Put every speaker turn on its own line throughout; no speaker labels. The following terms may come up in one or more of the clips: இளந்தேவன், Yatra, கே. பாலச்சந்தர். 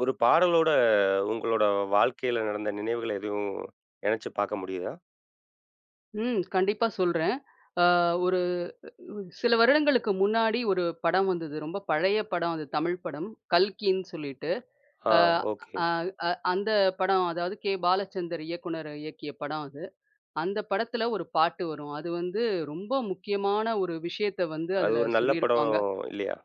ஒரு பாடலோட உங்களோட வாழ்க்கையில நடந்த நினைவுகள எதுவும் இணைச்சு பார்க்க முடியுதா?
ம். கண்டிப்பா சொல்றேன். அ ஒரு சில வருடங்களுக்கு முன்னாடி ஒரு படம் வந்தது. ரொம்ப பழைய படம் அது தமிழ் படம். கல்கின்னு சொல்லிட்டு.
ஆ
அ
ஓகே.
அ அ அந்த படம் அதாவது கே. பாலச்சந்தர் இயக்குனர் இயக்கிய படம் அது. அந்த படத்துல ஒரு பாட்டு வரும். அது வந்து ரொம்ப முக்கியமான ஒரு விஷயத்த வந்து
அது
அதுல
ஒரு நல்ல படம்
சொல்லியிருப்பாங்க.
இல்லையா?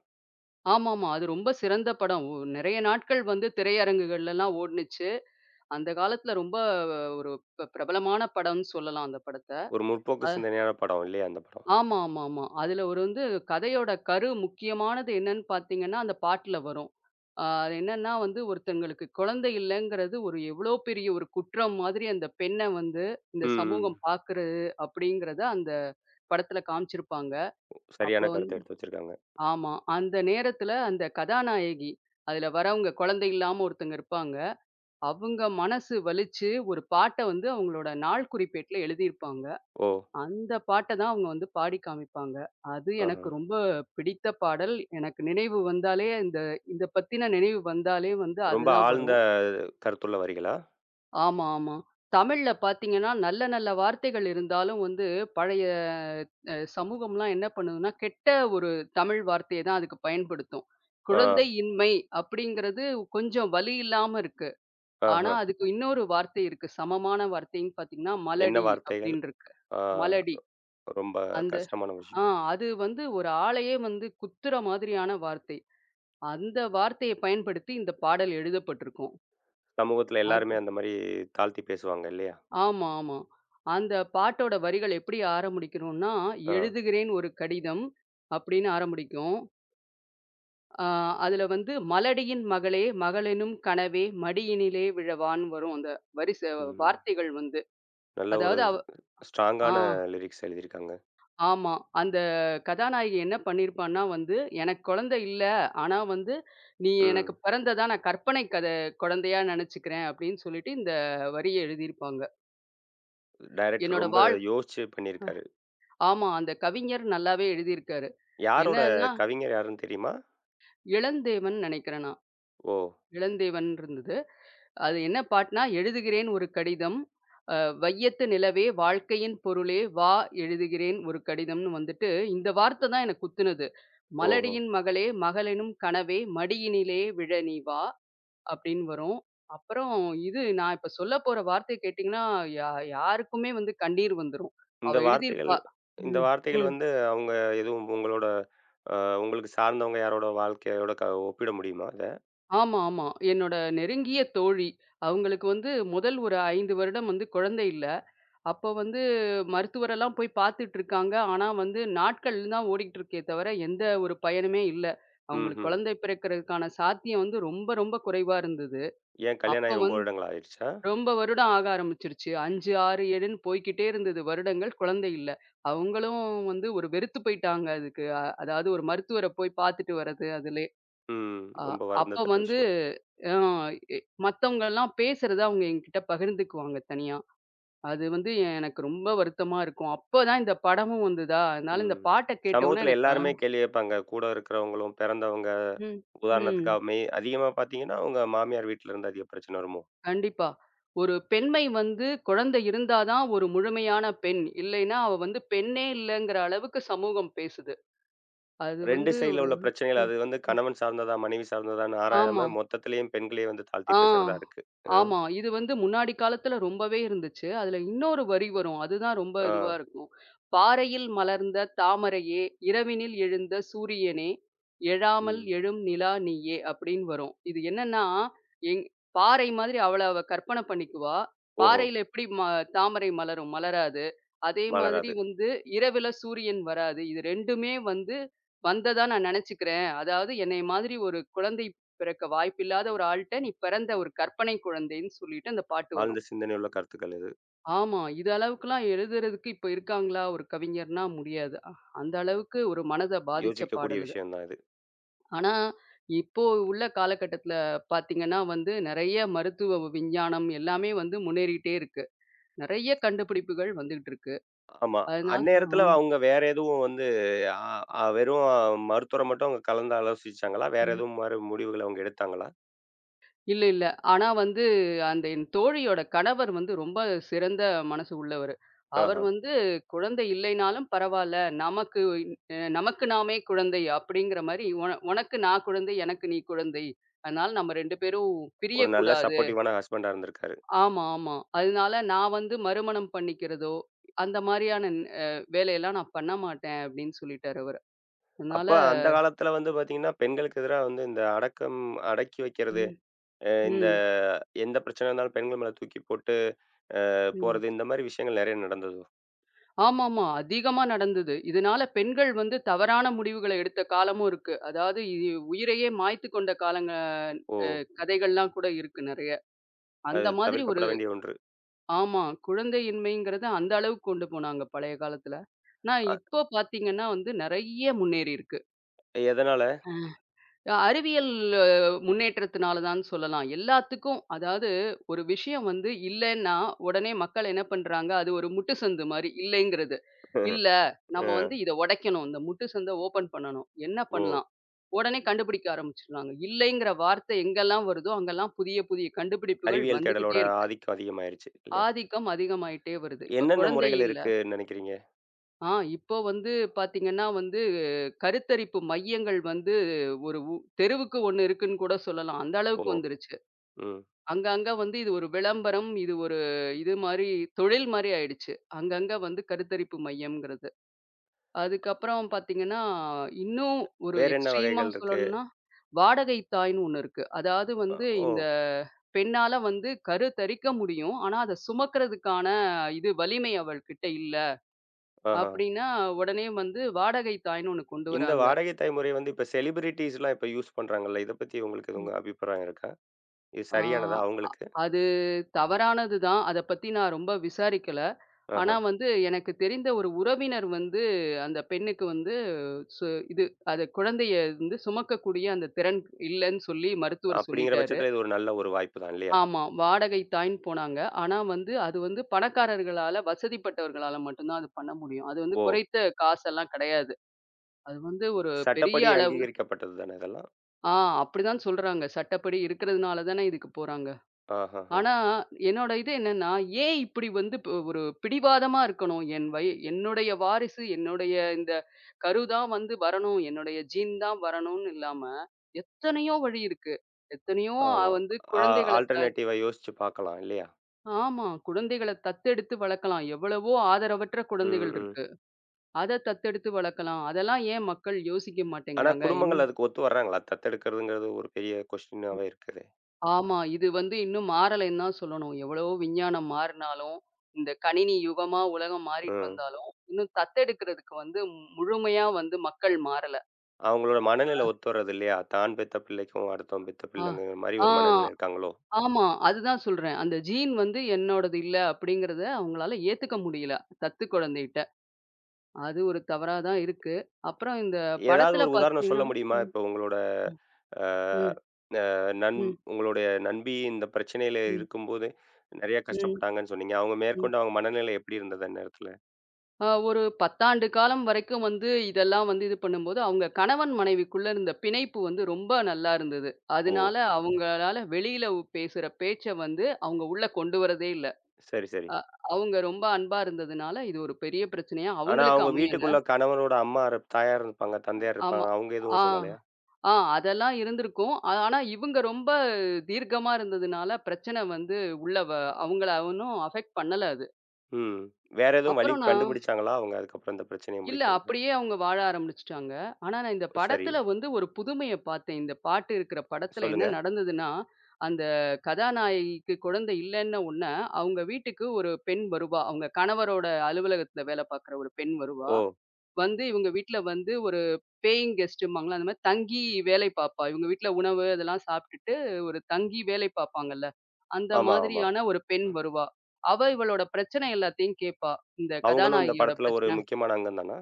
ஆமாமா. அது ரொம்ப சிறந்த படம். நெறைய நாட்கள் வந்து திரையரங்குகள்லலாம் ஓடுனுச்சு. அந்த காலத்துல ரொம்ப ஒரு பிரபலமான படம்னு சொல்லலாம் அந்த படத்த.
ஒரு முற்போக்கு சிந்தனையான படம் இல்லையா அந்த படம்?
ஆமா, ஆமா, ஆமா. அதுல ஒரு வந்து கதையோட கரு முக்கியமானது என்னன்னு பார்த்தீங்கன்னா, அந்த பாட்டுல வரும். அது என்னன்னா வந்து ஒருத்தங்களுக்கு குழந்தை இல்லங்கிறது ஒரு எவ்வளோ பெரிய ஒரு குற்றம் மாதிரி அந்த பெண்ண வந்து இந்த
ம்,
சமூகம்
ம்.
பார்க்குறது அப்படிங்கிறத அந்த படத்துல காமிச்சிருப்பாங்க. அப்போ
சரியான
வந்
கருத்த எடுத்து வச்சிருக்காங்க.
ஆமா. அந்த நேரத்துல அந்த கதாநாயகி அதுல வரவங்க குழந்தை இல்லாம ஒருத்தங்க இருப்பாங்க. அவங்க மனசு வலிச்சு ஒரு பாட்ட வந்து அவங்களோட நாள் குறிப்பேட்ல எழுதியிருப்பாங்க.
ஓ!
அந்த பாட்ட தான் அவங்க வந்து பாடி காமிப்பாங்க. அது
ஆஹா.
எனக்கு ரொம்ப பிடித்த பாடல். எனக்கு நினைவு வந்தாலே இத பத்தின நினைவு வந்தாலே வந்து
ரொம்ப
அதுதான்
ஆழ்ந்த
வரும்.
கருத்துள்ள வரிகளா?
ஆமா, ஆமா. தமிழ்ல பார்த்தீங்கன்னா, நல்ல நல்ல வார்த்தைகள் இருந்தாலும் வந்து பழைய சமூகம்லாம் என்ன பண்ணுதுன்னா, கெட்ட ஒரு தமிழ் வார்த்தைய தான் அதுக்கு பயன்படுத்தும்.
ஆ,
குழந்தை இன்மை அப்படிங்கிறது கொஞ்சம் வலி இல்லாம இருக்கு. ஆனா,
ஆஹா.
அதுக்கு இன்னொரு வார்த்தை இருக்கு. சமமான வார்த்தைன்னு பார்த்தீங்கன்னா,
என்ன
மலடி
வார்த்தைகள்?
அப்படின்னு இருக்கு.
ஆ,
மலடி.
ரொம்ப
அந்த
கஷ்டமான
ஆ
விஷயம்.
அது வந்து ஒரு ஆளையே வந்து குத்துற மாதிரியான வார்த்தை. அந்த வார்த்தைய பயன்படுத்தி இந்த பாடல் எழுதப்பட்டிருக்கும்.
சமூகத்துல எல்லாருமே
அது
அந்த மாரி தாழ்த்தி பேசுவாங்க இல்லையா?
ஆமா, ஆமா. அந்த பாட்டோட வரிகள் எப்படி ஆரம்பிக்கணும்னா,
ஆ,
"எழுதுகிறேன் ஒரு கடிதம்" அப்படின்னு ஆரம்பிக்கும். ஆ அதுல வந்து "மலடியின் மகளே, மகளெனும் கனவே மடியினிலே விழவான்னு" வரும் அந்த வரிச
ம்.
வார்த்தைகள் வந்து.
நல்ல ஒரு
அதாவது அவ ஆ.
ஸ்ட்ராங்கான லிரிக்ஸ் எழுதியிருக்காங்க.
ஆமா. அந்த கதாநாயகி என்ன பண்ணியிருப்பான்னா வந்து, எனக்கு குழந்தை இல்ல. ஆனா வந்து, நீ
ம்.
எனக்கு பிறந்ததா நான் கற்பனை குழந்தையா நெனச்சுக்கிறேன் அப்படின்னு சொல்லிட்டு இந்த வரிய எழுதியிருப்பாங்க.
டைரக்டர்
என்னோட
ரொம்ப
வாழ்
யோசிச்சு பண்ணியிருக்காரு.
ஆமா. அந்த கவிஞர் நல்லாவே எழுதியிருக்காரு.
யாரோட
என்னன்னா,
கவிஞர் யாருன்னு தெரியுமா?
இளந்தேவன் நெனைக்கிறேன் நான்.
ஓ!
இளந்தேவன் இருந்தது. அது என்ன பாட்டுனா, "எழுதுகிறேன் ஒரு கடிதம். அ வையத்து நிலவே வாழ்க்கையின் பொருளே எழுதுகிறேன் ஒரு கடிதம்னு" வந்துட்டு, இந்த வார்த்த தான் எனக்கு குத்துனது.
ஓஹோ!
"மலடியின் மகளே, மகளெனும் கனவே மடியினிலே விழ நீ வா" அப்படின்னு வரும். அப்புறம் இது நான் இப்ப சொல்லப்போற வார்த்தைய கேட்டீங்கன்னா, யா யாருக்குமே வந்து கண்ணீர் வந்துரும். அவ
இந்த வார்த்தைகள்
எழுதியிருப்பா.
இந்த
ம்.
வார்த்தைகள்
ம்.
வந்து அவங்க எதுவும் உங்களோட அ உங்களுக்கு சார்ந்தவங்க யாரோட வாழ்க்கையோட ஒப்பிட முடியுமா அத?
ஆமா, ஆமா. என்னோட நெருங்கிய தோழி. அவங்களுக்கு வந்து முதல் ஒரு 5 வருடம் வந்து குழந்தை இல்ல. அப்போ வந்து மருத்துவரெல்லாம் போய் பார்த்துட்டுருக்காங்க. ஆனா வந்து நாட்கள் தான் ஓடிக்கிட்டு இருக்கே தவிர, எந்த ஒரு பயனுமே இல்ல. அவங்களுக்கு
ம்ஹ்ம்.
குழந்தை பிறக்கிறதுக்கான சாத்தியம் வந்து ரொம்ப, ரொம்ப குறைவா இருந்தது.
ஏன் கல்யாணம்
அப்ப
ஆகி ரொம்ப
வந்து
வருடங்கள் ஆயிருச்சா?
ரொம்ப வருடம் ஆக ஆரம்பிச்சுருச்சு. 5, 6, 7ன்னு போய்க்கிட்டே இருந்தது வருடங்கள். குழந்தை இல்ல. அவங்களும் வந்து ஒரு வெறுத்து போயிட்டாங்க அதுக்கு. அதாவது ஒரு மருத்துவர போய் பார்த்துட்டு வர்றது அதிலே.
ம்.
அ
ரொம்ப
அப்ப
வருந்தத்தக்க
வந்து
விஷயம்.
ஆ எ மத்தவங்கலாம் பேசுறத அவங்க என்கிட்ட பகிர்ந்துக்குவாங்க தனியா. அது வந்து எனக்கு ரொம்ப வருத்தமா இருக்கும். அப்பதான் இந்த படமும் வந்ததா, அதனால இந்த
ம்.
பாட்ட கேட்டவுனே
சமூகத்தில
எனக்கு
எல்லாருமே கேள்வி கேட்பாங்க. கூட இருக்கிறவங்களும், பிறந்தவங்க.
ம்,
உதாரணத்துக்கு
ம்.
மெய் அதிகமா பார்த்தீங்கன்னா, அவங்க மாமியார் வீட்ல இருந்து அதிக பிரச்சனை வருமோ!
கண்டிப்பா. ஒரு பெண்மை வந்து குழந்தை இருந்தா தான் ஒரு முழுமையான பெண். இல்லைன்னா அவ வந்து பெண்ணே இல்லங்கிற அளவுக்கு சமூகம் பேசுது. அது
2
வந்து
சைடுல
ஒரு
உள்ள பிரச்சனைகள், அது
ம்.
வந்து கணவன் சார்ந்ததா, மனைவி சார்ந்ததான்னு
ஆமா.
ஆராயாம, மொத்தத்திலயும் பெண்களே வந்து தாழ்த்தி
ஆ.
பேசுறதா இருக்கு. அ,
ஆமா. இது வந்து முன்னாடி காலத்துல ரொம்பவே இருந்துச்சு. அதுல இன்னொரு வரி வரும். அதுதான் ரொம்ப இதுவா
ஆ,
இருக்கும். "பாறையில் மலர்ந்த தாமரையே! இரவினில் எழுந்த சூரியனே! எழாமல்
ம்.
எழும் நிலா நீயே!" அப்படின்னு வரும். இது என்னன்னா, எங் பாறை மாதிரி அவள அவ கற்பனை பண்ணிக்குவா.
ஓஹோ!
பாறையில எப்படி தாமரை மலரும்? மலராது. அதே மாதிரி
மலராது.
வந்து இரவில சூரியன் வராது. இது 2மே வந்து வந்ததா நான் நெனச்சுக்கிறேன். அதாவது என்னைய மாதிரி ஒரு குழந்தை பிறக்க வாய்ப்பில்லாத ஒரு ஆள்ட்ட நீ பிறந்த ஒரு கற்பனை குழந்தைன்னு சொல்லிட்டு அந்த பாட்டு
ஆழ்ந்த
வரும்.
சிந்தனையுள்ள கருத்துக்கள் இது.
ஆமா. இது அளவுக்குலாம் எழுதுறதுக்கு இப்ப இருக்காங்களா? ஒரு கவிஞர்னா முடியாது. அந்த அளவுக்கு ஒரு மனத பாதிச்ச
யோசிக்கக்கூடிய
பாடல் இது.
விஷயம் தான் இது.
ஆனா, இப்போ உள்ள காலகட்டத்தில பார்த்தீங்கன்னா வந்து, நெறைய மருத்துவ விஞ்ஞானம் எல்லாமே வந்து முன்னேறிட்டே இருக்கு. நெறைய கண்டுபிடிப்புகள் வந்துகிட்டு இருக்கு.
ஆமா.
அதனால
அந்நேரத்துல அவங்க வேற எதுவும் வந்து அ அ வெறும் மருத்துவர மட்டும் அவங்க கலந்து ஆலோசிச்சாங்களா? வேற
ஆ.
எதுவும் மாரி முடிவுகள் அவங்க எடுத்தாங்களா?
இல்ல, இல்ல. ஆனா வந்து அந்த என் தோழியோட கணவர் வந்து ரொம்ப சிறந்த மனசு உள்ளவரு. அவர்
ஆஹா.
வந்து குழந்தை இல்லைனாலும் பரவால்ல. நமக்கு நமக்கு நாமே குழந்தை அப்படிங்கிற மாரி, உனக்கு நான் குழந்தை, எனக்கு நீ குழந்தை. அதனால நம்ம 2 பேரும்
ஒரு நல்ல
பிரியக்கூடாது."
சப்போர்ட்டிவான ஹஸ்பண்டா இருந்திருக்காரு.
ஆமா, ஆமா. அதனால நான் வந்து மறுமணம் பண்ணிக்கிறதோ, அந்த மாரியான அ வேலையெல்லாம் நான் பண்ண மாட்டேன் அப்படின்னு சொல்லிட்டாரு அவரு.
அப்ப
அதனால
அந்த காலத்துல வந்து பாத்தீங்கன்னா, பெண்களுக்கு எதிரா வந்து இந்த அடக்கம் அடக்கி வைக்கிறது
ம்,
அ இந்த
ம்,
எந்த பிரச்சனை இருந்தாலும் பெண்கள் மேல தூக்கி போட்டு
ம்.
போறது, இந்த மாரி விஷயங்கள் நெறைய நடந்ததோ?
ஆமாமா. அதிகமா நடந்தது. இதனால பெண்கள் வந்து தவறான முடிவுகள எடுத்த காலமும் இருக்கு. அதாவது உயிரையே மாய்த்து கொண்ட காலங்க
ஓ!
கதைகள்லாம் கூட இருக்கு நெறைய.
அது
அந்த மாதிரி ஒரு
தவிர்க்கப்பட வேண்டிய ஒன்று.
ஆமா. குழந்தையின்மைங்கிறத அந்த அளவுக்கு கொண்டு போனாங்க பழைய காலத்துல. ஆனா
அ
இப்போ பார்த்தீங்கன்னா வந்து நெறைய முன்னேறி இருக்கு.
எதனால?
அறிவியல் முன்னேற்றத்தினால தான் சொல்லலாம். எல்லாத்துக்கும் அதாவது ஒரு விஷயம் வந்து இல்லன்னா, உடனே மக்கள் என்ன பண்றாங்க, அது ஒரு முட்டு சந்து மாரி இல்லைங்கிறது. இல்ல, நம்ம
அ
வந்து இத உடைக்கணும். இந்த முட்டு சந்த ஓப்பன் பண்ணணும். என்ன
ஓ!
பண்ணலாம்? உடனே கண்டுபிடிக்க ஆரம்பிச்சுடுறாங்க. இல்லைங்கிற வார்த்தை எங்கெல்லாம் வருதோ, அங்கெல்லாம் புதிய புதிய கண்டுபிடிப்புகள்
அறிவியல் தேடலோட
வந்துகிட்டே இருக்கு.
ஆதிக்கம் அதிகமாயிருச்சு இல்லையா?
ஆதிக்கம் அதிகமாயிட்டே வருது. இப்ப
என்னென்ன
குழந்தை
முறைகள்
இல்ல
இருக்குன்னு நெனைக்கிறீங்க?
ஆ இப்போ வந்து பாத்தீங்கன்னா வந்து கருத்தரிப்பு மையங்கள் வந்து ஒரு தெருவுக்கு ஒண்ணு இருக்குன்னு கூட சொல்லலாம். அந்த
ஓ!
அளவுக்கு வந்துருச்சு.
ம்.
அங்கங்க வந்து இது ஒரு விளம்பரம், இது ஒரு இது மாதிரி தொழில் மாதிரி ஆயிடுச்சு. அங்கங்க வந்து கருத்தரிப்பு மையம்ங்கிறது. அதுக்கப்புறம் பாத்தீங்கன்னா இன்னும் ஒரு
வேற என்ன
எக்ஸ்ட்ரீமா
வகைகள் இருக்கு?
சொல்லணும்னா வாடகை தாய்ன்னு ஒண்ணு இருக்கு. அதாவது
அ
வந்து
ஓ!
இந்த பெண்ணால வந்து கரு தரிக்க முடியும். ஆனா அதை சுமக்கிறதுக்கான இது வலிமை அவள்கிட்ட இல்ல.
ஆஹா.
அப்டின்னா, உடனே வந்து வாடகை தாய்ன்னு ஒண்ணு கொண்டு
இந்த
வராங்க.
வாடகை தாய் முறை வந்து இப்ப செலிபிரிட்டீஸ்லாம் இப்ப யூஸ் பண்றாங்கல்ல. இத பத்தி உங்களுக்கு எதுவும்
ம்.
உங்க அபிப்பிராயம் இருக்கா? இது
ஆ
சரியானதா அவங்களுக்கு?
அது தவறானது தான். அத பத்தி நான் ரொம்ப விசாரிக்கல. ஆனா
ஆஹா.
வந்து எனக்கு தெரிந்த ஒரு உறவினர் வந்து அந்த பெண்ணுக்கு வந்து சு இது அது குழந்தைய வந்து சுமக்கக்கூடிய அந்த திறன் இல்லன்னு சொல்லி மருத்துவர்
அப்படிங்கிற
சொல்லிட்டாரு.
பட்சத்தில இது ஒரு நல்ல ஒரு வாய்ப்பு தான் இல்லையா?
ஆமா. வாடகை தாய்ன்னு போனாங்க. ஆனா வந்து அது வந்து பணக்காரர்களால, வசதிப்பட்டவர்களால மட்டும் தான் அது பண்ண முடியும். அது வந்து
ஓ!
குறைத்த காசெல்லாம் கிடையாது. அது வந்து ஒரு பெரிய
சட்டப்படி
அளவுல
அங்கீகரிக்கப்பட்டது தானே இதெல்லாம்.
ஆ அப்படிதான் சொல்றாங்க. சட்டப்படி இருக்கிறதுனால தானே இதுக்கு போறாங்க.
ஆஹஹ.
ஆனா, என்னோட இது என்னன்னா, ஏன் இப்படி வந்து ஒரு பிடிவாதமா இருக்கணும்? என்னுடைய வாரிசு, என்னுடைய இந்த கரு தான் வந்து வரணும், என்னுடைய ஜீன் தான் வரணும்னு இல்லாம, எத்தனையோ வழி இருக்கு. எத்தனையோ அ
ஆமா.
வந்து
ஆ,
குழந்தைகள த
ஆல்டர்னேட்டிவா யோசிச்சு பார்க்கலாம் இல்லையா?
ஆமா. குழந்தைகள தத்தெடுத்து வளர்க்கலாம். எவ்வளவோ ஆதரவற்ற
ம்,
குழந்தைகள்
ம்.
இருக்கு. அத தத்தெடுத்து வளர்க்கலாம். அதெல்லாம் ஏன் மக்கள் யோசிக்க
ஆனா
மாட்டேங்கிறாங்க?
குடும்பங்கள் அதுக்கு ஒத்து வர்றாங்களா? தத்தெடுக்கிறதுங்கிறது ஒரு பெரிய கொஸ்டினாவே இருக்குதே.
ஆமா. இது வந்து இன்னும் மாறலைன்னு தான் சொல்லணும். எவ்வளவோ விஞ்ஞானம் மாறினாலும், இந்த கணினி யுகமா உலகம் மாறிட்டு
ம்.
வந்தாலும், இன்னும் தத்தெடுக்கிறதுக்கு வந்து முழுமையா வந்து மக்கள் மாறல.
அவங்களோட மனநிலை ஒத்து வர்றது இல்லையா? தான் பெத்த பிள்ளைக்கும், அடுத்தவன் பெத்த
ஆ.
பிள்ளைங்கிற மாரி
ஆ.
ஒரு மனநிலை இருக்காங்களோ?
ஆமா. அதுதான் சொல்றேன். அந்த ஜீன் வந்து என்னோடது இல்ல அப்படிங்கிறத அவங்களால ஏத்துக்க முடியல, தத்து குழந்தைட்ட. அது ஒரு தவறா தான் இருக்கு. அப்புறம் இந்த
ஏதாவது
படத்துல
ஒரு உதாரணம் சொல்ல
பார்த்தீங்கன்னா
முடியுமா?
ம்,
இப்போ உங்களோட
ம்,
அ
ம்,
அ நண்
ம்,
உங்களுடைய நண்பி இந்த பிரச்சனையில
ம்,
இருக்கும்போது நெறைய கஷ்டப்பட்டாங்கன்னு சொன்னீங்க. அவங்க
ம்.
மேற்கொண்டு அவங்க மனநிலை எப்படி இருந்தது அந்நேரத்துல?
ஒரு 10 ஆண்டு காலம் வரைக்கும் வந்து இதெல்லாம் வந்து இது பண்ணும்போது, அவங்க கணவன் மனைவிக்குள்ள இருந்த பிணைப்பு வந்து ரொம்ப நல்லா இருந்தது.
ஓ!
அதனால அவங்களால வெளியில பேசுற பேச்ச வந்து அவங்க உள்ள கொண்டு வரதே இல்ல.
சரி, சரி.
அ அவங்க ரொம்ப அன்பா இருந்ததுனால, இது ஒரு பெரிய பிரச்சனையா
ஆனா,
அவங்களுக்கு
அவங்க
அமையல.
வீட்டுக்குள்ள கணவனோட அம்மா இருப் தாயார் இருப்பாங்க, தந்தையார்
ஆமா.
இருப்பாங்க. அவங்க
ஆ.
எதுவும் சொல்லலையா?
அதெல்லாம் இருந்திருக்கும். ஆனா இவங்க ரொம்ப தீர்க்கமா இருந்ததுனால, பிரச்சனை வந்து உள்ள வ அவங்கள ஒண்ணும் அஃபெக்ட் பண்ணல அது.
ம். வேற எதுவும் வழி
அப்புறம் நான்
கண்டுபிடிச்சாங்களா அவங்க அதுக்கப்புறம் இந்த பிரச்சனைய
இல்ல.
முடிக்கிறதுக்கு?
அப்படியே அவங்க வாழ ஆரம்பிச்சுட்டாங்க. ஆனா, நான் இந்த
ஓ, சரி.
படத்துல வந்து ஒரு புதுமைய பார்த்தேன். இந்த பாட்டு இருக்கிற படத்துல என்ன
சொல்லுங்க.
நடந்ததுன்னா, அந்த கதாநாயகிக்கு குழந்தை இல்லன்ன உடனே, அவங்க வீட்டுக்கு ஒரு பெண் வருவா. அவங்க கணவரோட அலுவலகத்துல வேலை பார்க்குற ஒரு பெண் வருவா.
ஓ!
வந்து இவங்க வீட்ல வந்து ஒரு பேயிங் கெஸ்ட்டும்பாங்கல்ல, அந்த மாரி தங்கி வேலை பார்ப்பா. இவங்க வீட்ல உணவு அதெல்லாம் சாப்பிட்டுட்டு ஒரு தங்கி வேலை பார்ப்பாங்கல்ல, அந்த
ஆமா, ஆமா.
மாதிரியான ஒரு பெண் வருவா. அவ இவளோட பிரச்சனை எல்லாத்தையும் கேட்பா. இந்த
அவங்களும் இந்த
கதாநாயகியோட
படத்துல ஒரு
பிரச்சனை.
முக்கியமான அங்கம் தானா?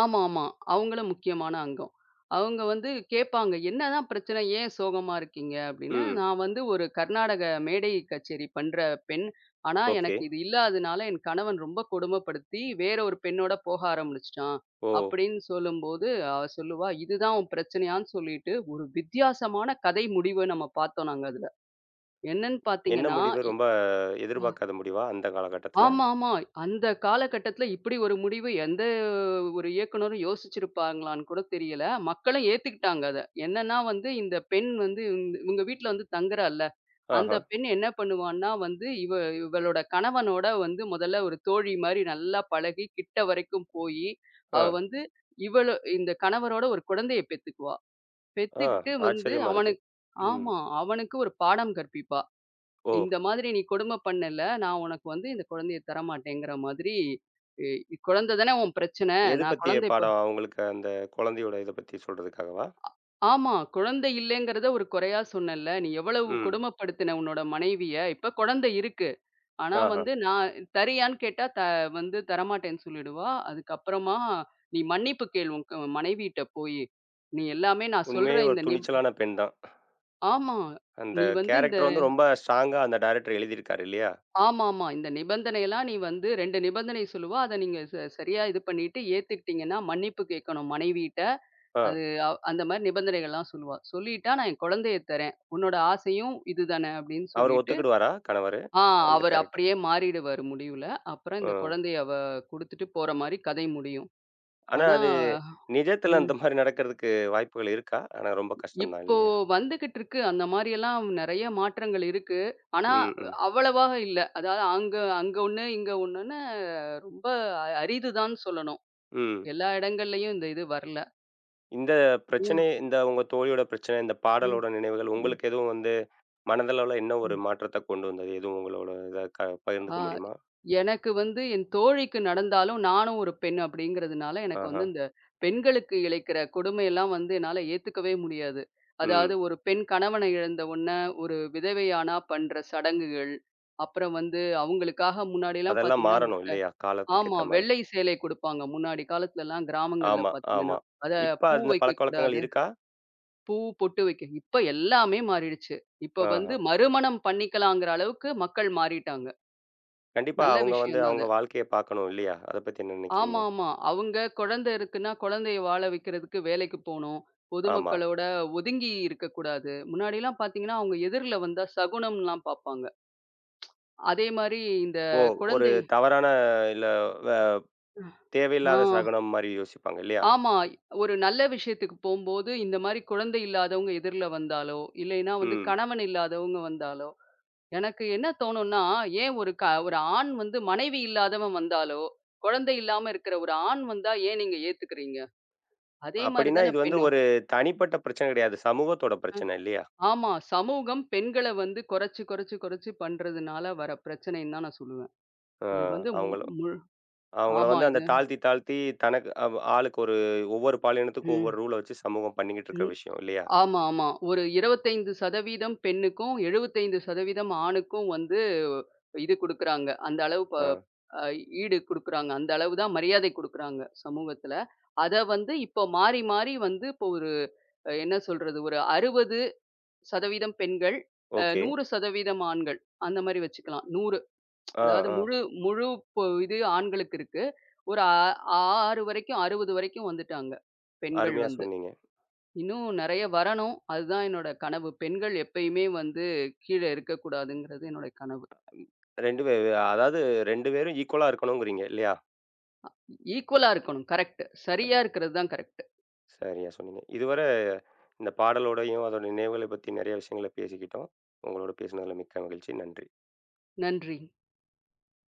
ஆமா, ஆமா. அவங்களும் முக்கியமான அங்கம். அவங்க வந்து கேட்பாங்க, "என்னதான் பிரச்சனை? ஏன் சோகமா இருக்கீங்க?" அப்படின்னு.
ம்.
நான் வந்து ஒரு கர்நாடக மேடை கச்சேரி பண்ற பெண். ஆனா,
ஓகே.
எனக்கு இது இல்லாதனால என் கணவன் ரொம்ப கொடுமைப்படுத்தி, வேற ஒரு பெண்ணோட போக ஆரம்பிச்சுட்டான்.
ஓ!
அப்படின்னு சொல்லும்போது, அவ சொல்லுவா, "இதுதான் உன் பிரச்சனையான்னு?" சொல்லிட்டு, ஒரு வித்தியாசமான கதை முடிவ நம்ம பார்த்தோம் நாங்க அதுல. என்னன்னு
என்ன
பார்த்தீங்கன்னா,
முடிவு?
இ
ரொம்ப எதிர்பார்க்காத முடிவா? அந்த காலகட்டத்துல?
ஆமா, ஆமா. அந்த காலகட்டத்தில இப்படி ஒரு முடிவு எந்த ஒரு இயக்குனரும் யோசிச்சிருப்பாங்களான்னு கூட தெரியல. மக்களும் ஏத்துக்கிட்டாங்க அத. என்னன்னா வந்து இந்த பெண் வந்து இவங்க வீட்ல வந்து தங்குறால்ல, அந்த
ஆஹா.
பெண் என்ன பண்ணுவான்னா வந்து இவளோட கணவனோட வந்து முதல்ல ஒரு தோழி மாரி நல்லா பழகி, கிட்ட வரைக்கும் போயி,
ஆ,
அவ வந்து இவள இந்த கணவரோட ஒரு குழந்தைய பெத்துக்குவா.
ஆ.
பெத்துக்கிட்டு வந்து
ஆச்சரியமா இருக்கு. ம்.
ஆமா. அவனுக்கு ஒரு பாடம் கற்பிப்பா.
ஓ!
இந்த மாதிரி நீ கொடுமை பண்ணல, நான் உனக்கு வந்து இந்த குழந்தைய தரமாட்டேங்கிற மாதிரி, இ இ- குழந்தை தானே உன் பிரச்சனை.
எது
நான்
பத்திய
குழந்தை இப்ப
பாடம்? அவங்களுக்கு அந்த குழந்தையோட இத பத்தி சொல்றதுக்காகவா?
ஆமா. குழந்தை இல்லைங்கிறத ஒரு குறையா சொன்னேல்ல. நீ எவ்வளவு
ம்.
கொடுமைப்படுத்தின உன்னோட மனைவிய. இப்ப குழந்தை இருக்கு. ஆனா
ஆஹா.
வந்து நான் தரியான்னு கேட்டா த வந்து தரமாட்டேன்னு சொல்லிடுவா. அதுக்கப்புறமா நீ மன்னிப்பு கேளு உன் மனைவிட்ட போயி. நீ எல்லாமே நான் சொல்ற
உண்மையிலே ஒரு
இந்த
துணிச்சலான பெண் தான்.
ஆமா.
அந்த
நீ வந்து இந்த
கேரக்டர் வந்து ரொம்ப ஸ்ட்ராங்கா அந்த டைரக்டர் எழுதியிருக்காரு இல்லையா?
ஆமாமா. இந்த நிபந்தனைலாம் நீ வந்து 2 நிபந்தனை சொல்லுவா. அத நீங்க சரியா இது பண்ணிட்டு ஏத்துக்கிட்டீங்கன்னா, மன்னிப்பு கேட்கணும் மனைவிட்ட.
ஆ.
அது அ அந்த மாரி நிபந்தனைகள்லாம் சொல்லுவா. சொல்லிட்டா, "நான் என் குழந்தைய தரேன். உன்னோட ஆசையும் இதுதானே" அப்படின்னு
அவரு
சொல்லிட்டு,
ஒத்துக்கிடுவாரா கணவரு?
ஆ
அந்த
அவர்
கேரக்டர்.
அப்படியே மாறிடுவாரு முடிவுல. அப்புறம் இந்த
ம்.
குழந்தைய அவ குடுத்துட்டு போற மாரி கதை முடியும்.
ஆனா
ஆனா,
அது நிஜத்தில அந்த
ம்.
மாரி நடக்கிறதுக்கு வாய்ப்புகள் இருக்கா? ஆனா ரொம்ப கஷ்டம் தான்
இப்போ
இல்லையா?
வந்துகிட்டு இருக்கு. அந்த மாரியெல்லாம் நெறைய மாற்றங்கள் இருக்கு. ஆனா,
ம், ம்,
அவ்வளவா இல்ல. அதாவது அங்க அங்க ஒண்ணு, இங்க ஒண்ணுன்னு ரொம்ப அரிதுதான் சொல்லணும்.
ம்.
எல்லா இடங்கள்லயும் இந்த இது வரல.
இந்த
ம்,
இந்த உங்க தோழியோட பிரச்சனை, இந்த
ம்,
பாடலோட நினைவுகள்
ம்,
உங்களுக்கு எதுவும் வந்து மனதளவுல என்ன ஒரு
ம்.
மாற்றத்த கொண்டு வந்தது? எதுவும் உங்களோட இத
ஆ
பகிர்ந்துக்க முடியுமா?
எனக்கு வந்து என் தோழிக்கு நடந்தாலும் நானும் ஒரு பெண் அப்படிங்கிறதுனால எனக்கு
ஆஹா.
வந்து இந்த பெண்களுக்கு இழைக்கிற கொடுமையெல்லாம் வந்து என்னால ஏத்துக்கவே முடியாது. அதாவது
ம்.
ஒரு பெண் கணவனை இழந்த உடனே ஒரு விதவையானா பண்ற சடங்குகள், அப்புறம் வந்து அவங்களுக்காக முன்னாடிலாம்
அதெல்லாம்
பார்த்தீங்கன்னா
மாறணும்
அ
இல்லையா? காலத்துக்கு
ஆமா,
ஏத்த மாரி.
வெள்ளை சேலை கொடுப்பாங்க. முன்னாடி காலத்துலலாம் கிராமங்கள்ல
ஆமா,
பார்த்தீங்கன்னா.
ஆமா.
அத
இப்ப
பூ
அந்த பழக்கவழக்கங்கள்
வைக்கக்கூடாது.
இருக்கா?
பூ, பொட்டு வைக்க இப்ப எல்லாமே மாறிடுச்சு. இப்ப
ஆஹ.
வந்து மறுமணம் பண்ணிக்கலாங்கிற அளவுக்கு மக்கள் மாறிட்டாங்க.
கண்டிப்பா.
நல்ல
அவங்க வந்து
விஷயம் தான்
அவங்க
அது.
வாழ்க்கைய பார்க்கணும் இல்லையா? அத பத்தி என்ன நினைக்கிறீங்க?
ஆமா, ஆமா. அவங்க குழந்தை இருக்குன்னா, குழந்தைய வாழ வைக்கிறதுக்கு வேலைக்கு போணும்.
ஆமா.
பொதுமக்களோட ஒதுங்கி இருக்கக்கூடாது. முன்னாடிலாம் பார்த்தீங்கன்னா, அவங்க எதிர்ல வந்தா சகுனம்லாம் பார்ப்பாங்க. அதே மாரி இந்த
ஓ! ஒரு
குழந்தை
தவறான இல்ல, வ
ஆ
தேவையில்லாத சகுனம் மாரி யோசிப்பாங்க இல்லையா?
ஆமா. ஒரு நல்ல விஷயத்துக்கு போம்போது, இந்த மாரி குழந்தை இல்லாதவங்க எதிர்ல வந்தாலோ, இல்லைன்னா வந்து
ம்.
கணவன் இல்லாதவங்க வந்தாலோ, எனக்கு என்ன தோணும்னா, ஏன் ஒரு ஒரு ஆண் வந்து மனைவி இல்லாதவன் வந்தாலோ, குழந்தை இல்லாம இருக்கிற ஒரு ஆண் வந்தா ஏன் நீங்க ஏத்துக்கிறீங்க? அதே மாரி
அப்படின்னா
தானே
இது வந்து
பெண்ணும்.
ஒரு தனிப்பட்ட பிரச்சனை கிடையாது. சமூகத்தோட பிரச்சனை இல்லையா?
ஆமா. சமூகம் பெண்கள வந்து குறைச்சு, குறைச்சு, குறைச்சு பண்றதுனால வர பிரச்சனைன்னு தான் நான் சொல்லுவேன்.
அ
இத வந்து ம்
அவங்களும்
முழு
அவங்கள
ஆமா
வந்து அந்த
இது.
தாழ்த்தி, தாழ்த்தி தனக்கு அவ் ஆளுக்கு ஒரு ஒவ்வொரு பாலினத்துக்கும்
ம்,
ஒவ்வொரு ரூல வச்சு சமூகம் பண்ணிக்கிட்டு இருக்கிற
ம்.
விஷயம் இல்லையா?
ஆமா, ஆமா. ஒரு 25% பெண்ணுக்கும், 75% ஆணுக்கும் வந்து இது குடுக்குறாங்க. அந்த அளவு ப
ஆ.
அ ஈடு குடுக்குறாங்க. அந்த அளவு தான் மரியாதை குடுக்குறாங்க சமூகத்துல. அத வந்து இப்போ மாறி, மாறி வந்து இப்போ ஒரு என்ன சொல்றது? ஒரு 60% பெண்கள்,
ஓகே.
100% ஆண்கள். அந்த மாரி வச்சுக்கலாம். 100
ஆ,
அதாவது
ஆ.
முழு முழு பொ இது ஆண்களுக்கு இருக்கு. ஒரு 6 வரைக்கும் 60 வரைக்கும் வந்துட்டாங்க. பெண்கள்
அருமையா
வந்து.
சொன்னீங்க.
இன்னும் நெறைய வரணும். அதுதான் என்னோட கனவு. பெண்கள் எப்பயுமே வந்து கீழ இருக்கக்கூடாதுங்கிறது என்னோட கனவு.
2 பே அதாவது 2 பேரும் ஈக்குவலா இருக்கணுங்கிறீங்க இல்லையா?
ஈக்குவலா இருக்கணும். கரெக்ட். சரியா இருக்கிறது தான் கரெக்ட்.
சரியா சொன்னீங்க. இதுவர இந்த பாடலோடையும், அதோட நினைவுகள பத்தி நெறைய விஷயங்கள பேசிக்கிட்டோம். உங்களோட பேசினதுல மிக்க மகிழ்ச்சி. நன்றி.
நன்றி.